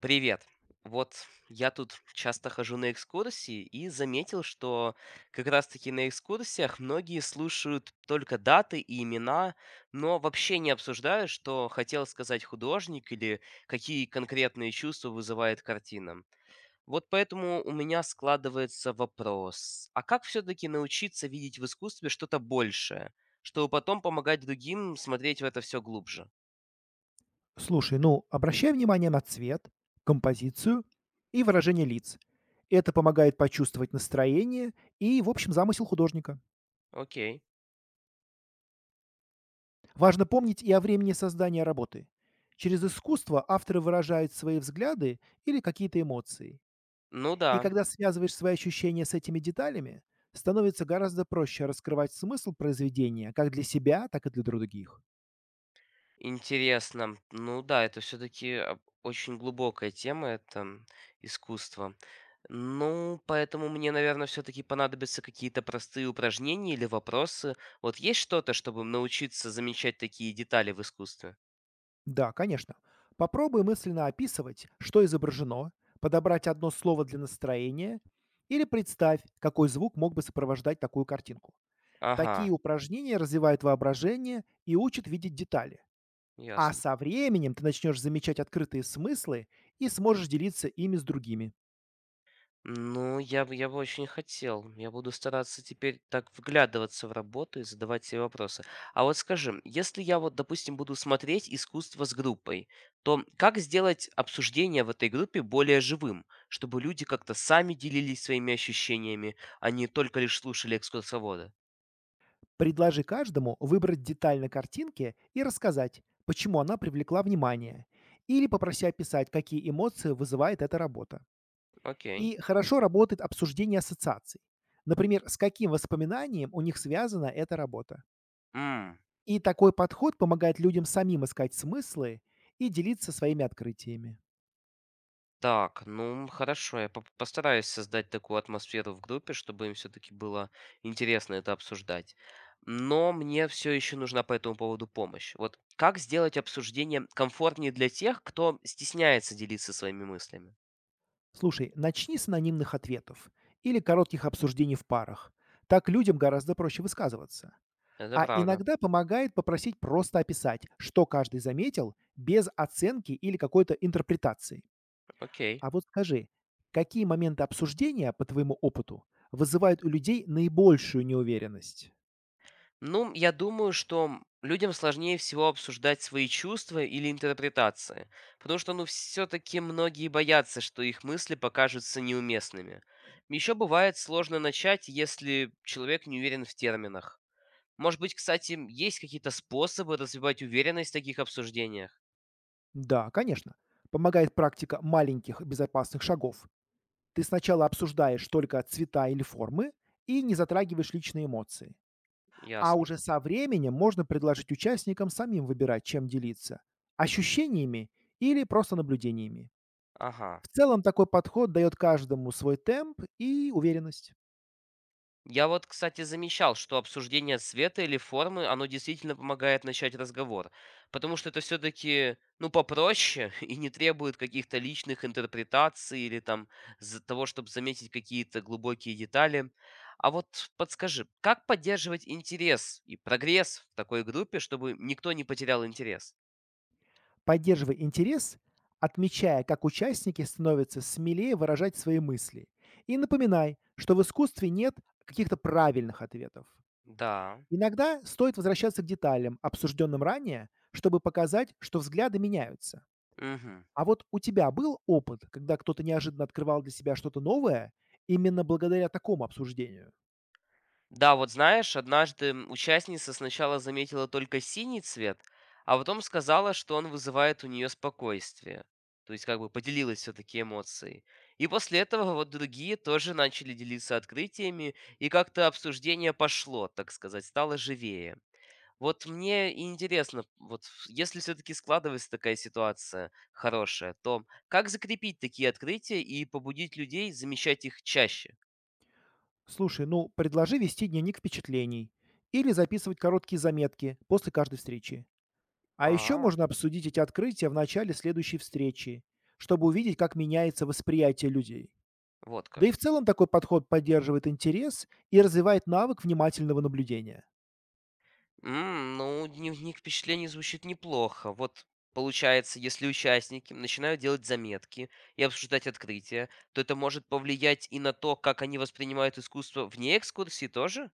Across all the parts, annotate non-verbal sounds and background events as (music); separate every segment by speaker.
Speaker 1: Привет. Вот я тут часто хожу на экскурсии и заметил, что как раз-таки на экскурсиях многие слушают только даты и имена, но вообще не обсуждают, что хотел сказать художник или какие конкретные чувства вызывает картина. Вот поэтому у меня складывается вопрос, а как все-таки научиться видеть в искусстве что-то большее, чтобы потом помогать другим смотреть в это все глубже?
Speaker 2: Слушай, ну, обращай внимание на цвет, композицию и выражение лиц. Это помогает почувствовать настроение и, в общем, замысел художника.
Speaker 1: Окей.
Speaker 2: Важно помнить и о времени создания работы. Через искусство авторы выражают свои взгляды или какие-то эмоции.
Speaker 1: Ну да.
Speaker 2: И когда связываешь свои ощущения с этими деталями, становится гораздо проще раскрывать смысл произведения как для себя, так и для других.
Speaker 1: Интересно. Ну да, это все таки очень глубокая тема, это искусство. Ну, поэтому мне, наверное, все таки понадобятся какие-то простые упражнения или вопросы. Вот есть что-то, чтобы научиться замечать такие детали в искусстве?
Speaker 2: Да, конечно. Попробуй мысленно описывать, что изображено, подобрать одно слово для настроения или представь, какой звук мог бы сопровождать такую картинку.
Speaker 1: Ага,
Speaker 2: Такие упражнения развивают воображение и учат видеть детали. А
Speaker 1: ясно.
Speaker 2: со временем ты начнешь замечать открытые смыслы и сможешь делиться ими с другими.
Speaker 1: Ну, я бы очень хотел. Я буду стараться теперь так вглядываться в работу и задавать себе вопросы. А вот скажи, если я вот, допустим, буду смотреть искусство с группой, то как сделать обсуждение в этой группе более живым, чтобы люди как-то сами делились своими ощущениями, а не только лишь слушали экскурсовода?
Speaker 2: Предложи каждому выбрать деталь на картинке и рассказать, почему она привлекла внимание, или попроси описать, какие эмоции вызывает эта работа.
Speaker 1: Окей.
Speaker 2: И хорошо работает обсуждение ассоциаций. Например, с каким воспоминанием у них связана эта работа.
Speaker 1: М.
Speaker 2: И такой подход помогает людям самим искать смыслы и делиться своими открытиями.
Speaker 1: Так, ну хорошо, постараюсь создать такую атмосферу в группе, чтобы им все-таки было интересно это обсуждать. Но мне все еще нужна по этому поводу помощь. Вот как сделать обсуждение комфортнее для тех, кто стесняется делиться своими мыслями?
Speaker 2: Слушай, начни с анонимных ответов или коротких обсуждений в парах. Так людям гораздо проще высказываться.
Speaker 1: Это
Speaker 2: А
Speaker 1: правда.
Speaker 2: иногда помогает попросить просто описать, что каждый заметил, без оценки или какой-то интерпретации.
Speaker 1: Окей.
Speaker 2: А вот скажи, какие моменты обсуждения, по твоему опыту, вызывают у людей наибольшую неуверенность?
Speaker 1: Ну, я думаю, что людям сложнее всего обсуждать свои чувства или интерпретации, потому что, ну, все-таки многие боятся, что их мысли покажутся неуместными. Еще бывает сложно начать, если человек не уверен в терминах. Может быть, кстати, есть какие-то способы развивать уверенность в таких обсуждениях?
Speaker 2: Да, конечно. Помогает практика маленьких безопасных шагов. Ты сначала обсуждаешь только цвета или формы и не затрагиваешь личные эмоции. А
Speaker 1: Ясно.
Speaker 2: уже со временем можно предложить участникам самим выбирать, чем делиться– ощущениями или просто наблюдениями.
Speaker 1: Ага.
Speaker 2: В целом такой подход дает каждому свой темп и уверенность.
Speaker 1: Я вот, кстати, замечал, что обсуждение цвета или формы, оно действительно помогает начать разговор, потому что это все-таки, ну, попроще (laughs) и не требует каких-то личных интерпретаций или там за того, чтобы заметить какие-то глубокие детали. А вот подскажи, как поддерживать интерес и прогресс в такой группе, чтобы никто не потерял интерес?
Speaker 2: Поддерживай интерес, отмечая, как участники становятся смелее выражать свои мысли. И напоминай, что в искусстве нет каких-то правильных ответов.
Speaker 1: Да.
Speaker 2: Иногда стоит возвращаться к деталям, обсужденным ранее, чтобы показать, что взгляды меняются.
Speaker 1: Угу.
Speaker 2: А вот у тебя был опыт, когда кто-то неожиданно открывал для себя что-то новое именно благодаря такому обсуждению?
Speaker 1: Да, вот знаешь, однажды участница сначала заметила только синий цвет, а потом сказала, что он вызывает у нее спокойствие. То есть как бы поделилась все-таки эмоцией. И после этого вот другие тоже начали делиться открытиями, и как-то обсуждение пошло, так сказать, стало живее. Вот мне и интересно, вот если все-таки складывается такая ситуация хорошая, то как закрепить такие открытия и побудить людей замечать их чаще?
Speaker 2: Слушай, ну, предложи вести дневник впечатлений или записывать короткие заметки после каждой встречи. А еще
Speaker 1: А,
Speaker 2: можно обсудить эти открытия в начале следующей встречи, чтобы увидеть, как меняется восприятие людей.
Speaker 1: вот
Speaker 2: Да
Speaker 1: как.
Speaker 2: и в целом такой подход поддерживает интерес и развивает навык внимательного наблюдения.
Speaker 1: Ну, дневник впечатлений звучит неплохо. Вот получается, если участники начинают делать заметки и обсуждать открытия, то это может повлиять и на то, как они воспринимают искусство вне экскурсии тоже?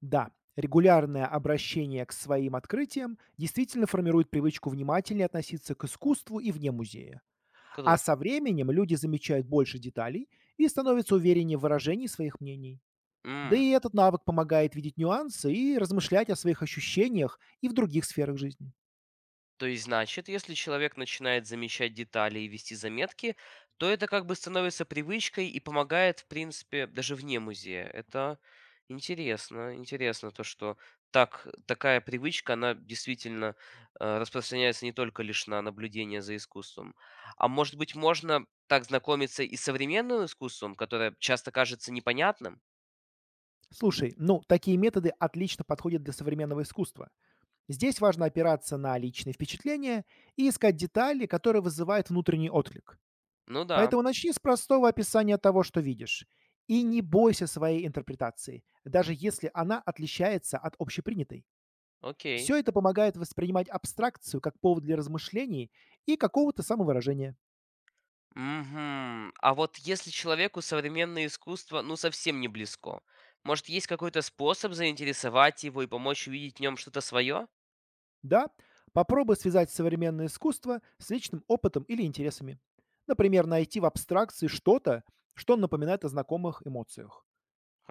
Speaker 2: Да, регулярное обращение к своим открытиям действительно формирует привычку внимательнее относиться к искусству и вне музея. А со
Speaker 1: Круто.
Speaker 2: временем люди замечают больше деталей и становятся увереннее в выражении своих мнений. Да
Speaker 1: М.
Speaker 2: и этот навык помогает видеть нюансы и размышлять о своих ощущениях и в других сферах жизни.
Speaker 1: То есть, значит, если человек начинает замечать детали и вести заметки, то это как бы становится привычкой и помогает, в принципе, даже вне музея. Это интересно. Интересно то, что так, такая привычка, она действительно распространяется не только лишь на наблюдение за искусством. А может быть, можно так знакомиться и с современным искусством, которое часто кажется непонятным?
Speaker 2: Слушай, ну, такие методы отлично подходят для современного искусства. Здесь важно опираться на личные впечатления и искать детали, которые вызывают внутренний отклик.
Speaker 1: Ну да,
Speaker 2: Поэтому начни с простого описания того, что видишь. И не бойся своей интерпретации, даже если она отличается от общепринятой.
Speaker 1: окей.
Speaker 2: Все это помогает воспринимать абстракцию как повод для размышлений и какого-то самовыражения.
Speaker 1: Мгм. А вот если человеку современное искусство, ну, совсем не близко, может, есть какой-то способ заинтересовать его и помочь увидеть в нем что-то свое?
Speaker 2: Да, попробуй связать современное искусство с личным опытом или интересами. Например, найти в абстракции что-то, что напоминает о знакомых эмоциях.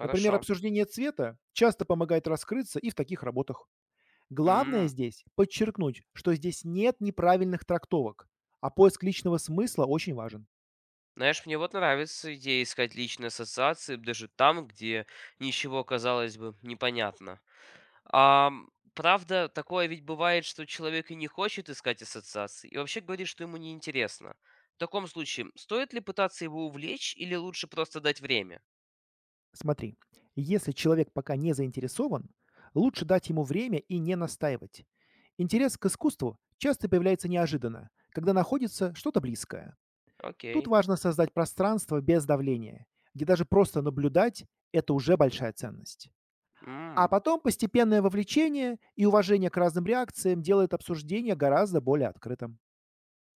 Speaker 2: Например, обсуждение цвета часто помогает раскрыться и в таких работах. Главное
Speaker 1: М.
Speaker 2: здесь подчеркнуть, что здесь нет неправильных трактовок, а поиск личного смысла очень важен.
Speaker 1: Знаешь, мне вот нравится идея искать личные ассоциации даже там, где ничего, казалось бы, непонятно. А, правда, такое ведь бывает, что человек и не хочет искать ассоциации, и вообще говорит, что ему неинтересно. В таком случае, стоит ли пытаться его увлечь или лучше просто дать время?
Speaker 2: Смотри, если человек пока не заинтересован, лучше дать ему время и не настаивать. Интерес к искусству часто появляется неожиданно, когда находится что-то близкое. Тут
Speaker 1: Окей.
Speaker 2: важно создать пространство без давления, где даже просто наблюдать– это уже большая ценность. А
Speaker 1: М.
Speaker 2: потом постепенное вовлечение и уважение к разным реакциям делает обсуждение гораздо более открытым.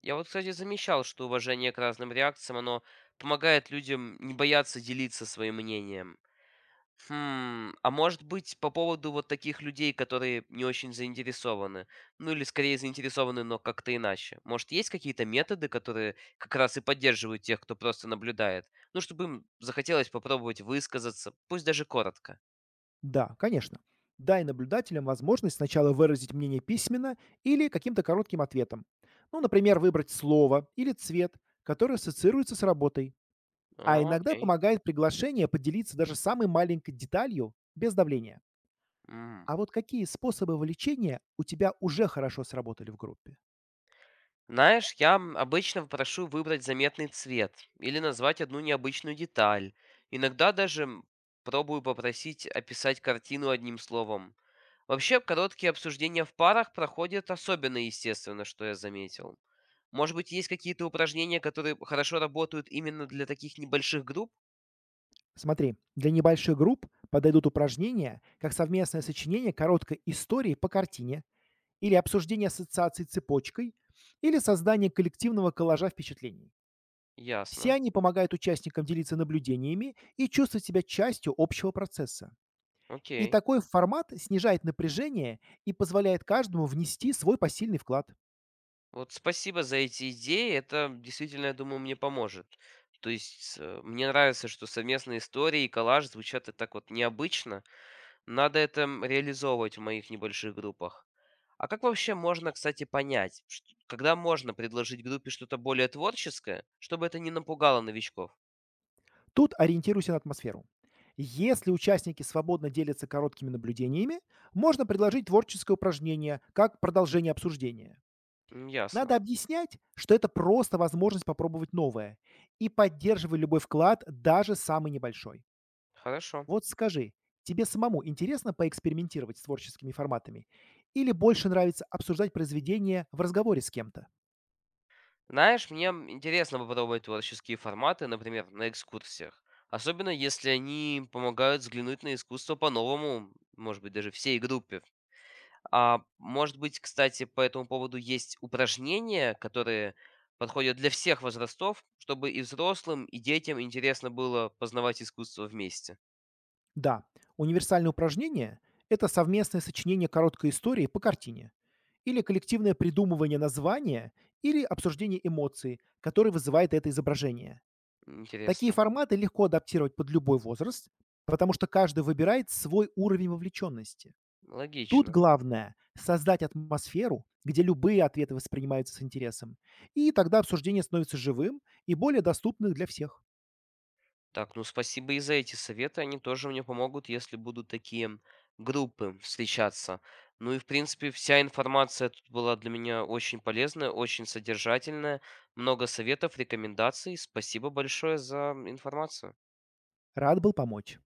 Speaker 1: Я вот, кстати, замечал, что уважение к разным реакциям, оно помогает людям не бояться делиться своим мнением. Хм, а может быть, по поводу вот таких людей, которые не очень заинтересованы? Ну или скорее заинтересованы, но как-то иначе. Может, есть какие-то методы, которые как раз и поддерживают тех, кто просто наблюдает? Ну, чтобы им захотелось попробовать высказаться, пусть даже коротко.
Speaker 2: Да, конечно. Дай наблюдателям возможность сначала выразить мнение письменно или каким-то коротким ответом. Ну, например, выбрать слово или цвет, который ассоциируется с работой. А
Speaker 1: А,
Speaker 2: иногда
Speaker 1: окей.
Speaker 2: помогает приглашение поделиться даже самой маленькой деталью без давления.
Speaker 1: М.
Speaker 2: А вот какие способы вовлечения у тебя уже хорошо сработали в группе?
Speaker 1: Знаешь, я обычно прошу выбрать заметный цвет или назвать одну необычную деталь. Иногда даже пробую попросить описать картину одним словом. Вообще, короткие обсуждения в парах проходят особенно естественно, что я заметил. Может быть, есть какие-то упражнения, которые хорошо работают именно для таких небольших групп?
Speaker 2: Смотри, для небольших групп подойдут упражнения, как совместное сочинение короткой истории по картине или обсуждение ассоциаций цепочкой или создание коллективного коллажа впечатлений. Все
Speaker 1: Ясно.
Speaker 2: они помогают участникам делиться наблюдениями и чувствовать себя частью общего процесса. И
Speaker 1: Окей.
Speaker 2: такой формат снижает напряжение и позволяет каждому внести свой посильный вклад.
Speaker 1: Вот спасибо за эти идеи. Это действительно, я думаю, мне поможет. То есть мне нравится, что совместные истории и коллаж звучат и так вот необычно. Надо это реализовывать в моих небольших группах. А как вообще можно, кстати, понять, когда можно предложить группе что-то более творческое, чтобы это не напугало новичков?
Speaker 2: Тут ориентируйся на атмосферу. Если участники свободно делятся короткими наблюдениями, можно предложить творческое упражнение как продолжение обсуждения.
Speaker 1: М. Ясно.
Speaker 2: Надо объяснять, что это просто возможность попробовать новое и поддерживай любой вклад, даже самый небольшой.
Speaker 1: Хорошо.
Speaker 2: Вот скажи, тебе самому интересно поэкспериментировать с творческими форматами или больше нравится обсуждать произведение в разговоре с кем-то?
Speaker 1: Знаешь, мне интересно попробовать творческие форматы, например, на экскурсиях. Особенно если они помогают взглянуть на искусство по-новому, может быть, даже всей группе. А может быть, кстати, по этому поводу есть упражнения, которые подходят для всех возрастов, чтобы и взрослым, и детям интересно было познавать искусство вместе.
Speaker 2: Да, универсальное упражнение– это совместное сочинение короткой истории по картине или коллективное придумывание названия или обсуждение эмоций, которые вызывает это изображение. Такие
Speaker 1: Интересно.
Speaker 2: форматы легко адаптировать под любой возраст, потому что каждый выбирает свой уровень вовлеченности. Тут
Speaker 1: Логично.
Speaker 2: главное– создать атмосферу, где любые ответы воспринимаются с интересом, и тогда обсуждение становится живым и более доступным для всех.
Speaker 1: Так, ну спасибо и за эти советы. Они тоже мне помогут, если будут такие группы встречаться. Ну и, в принципе, вся информация тут была для меня очень полезная, очень содержательная. Много советов, рекомендаций. Спасибо большое за информацию.
Speaker 2: Рад был помочь.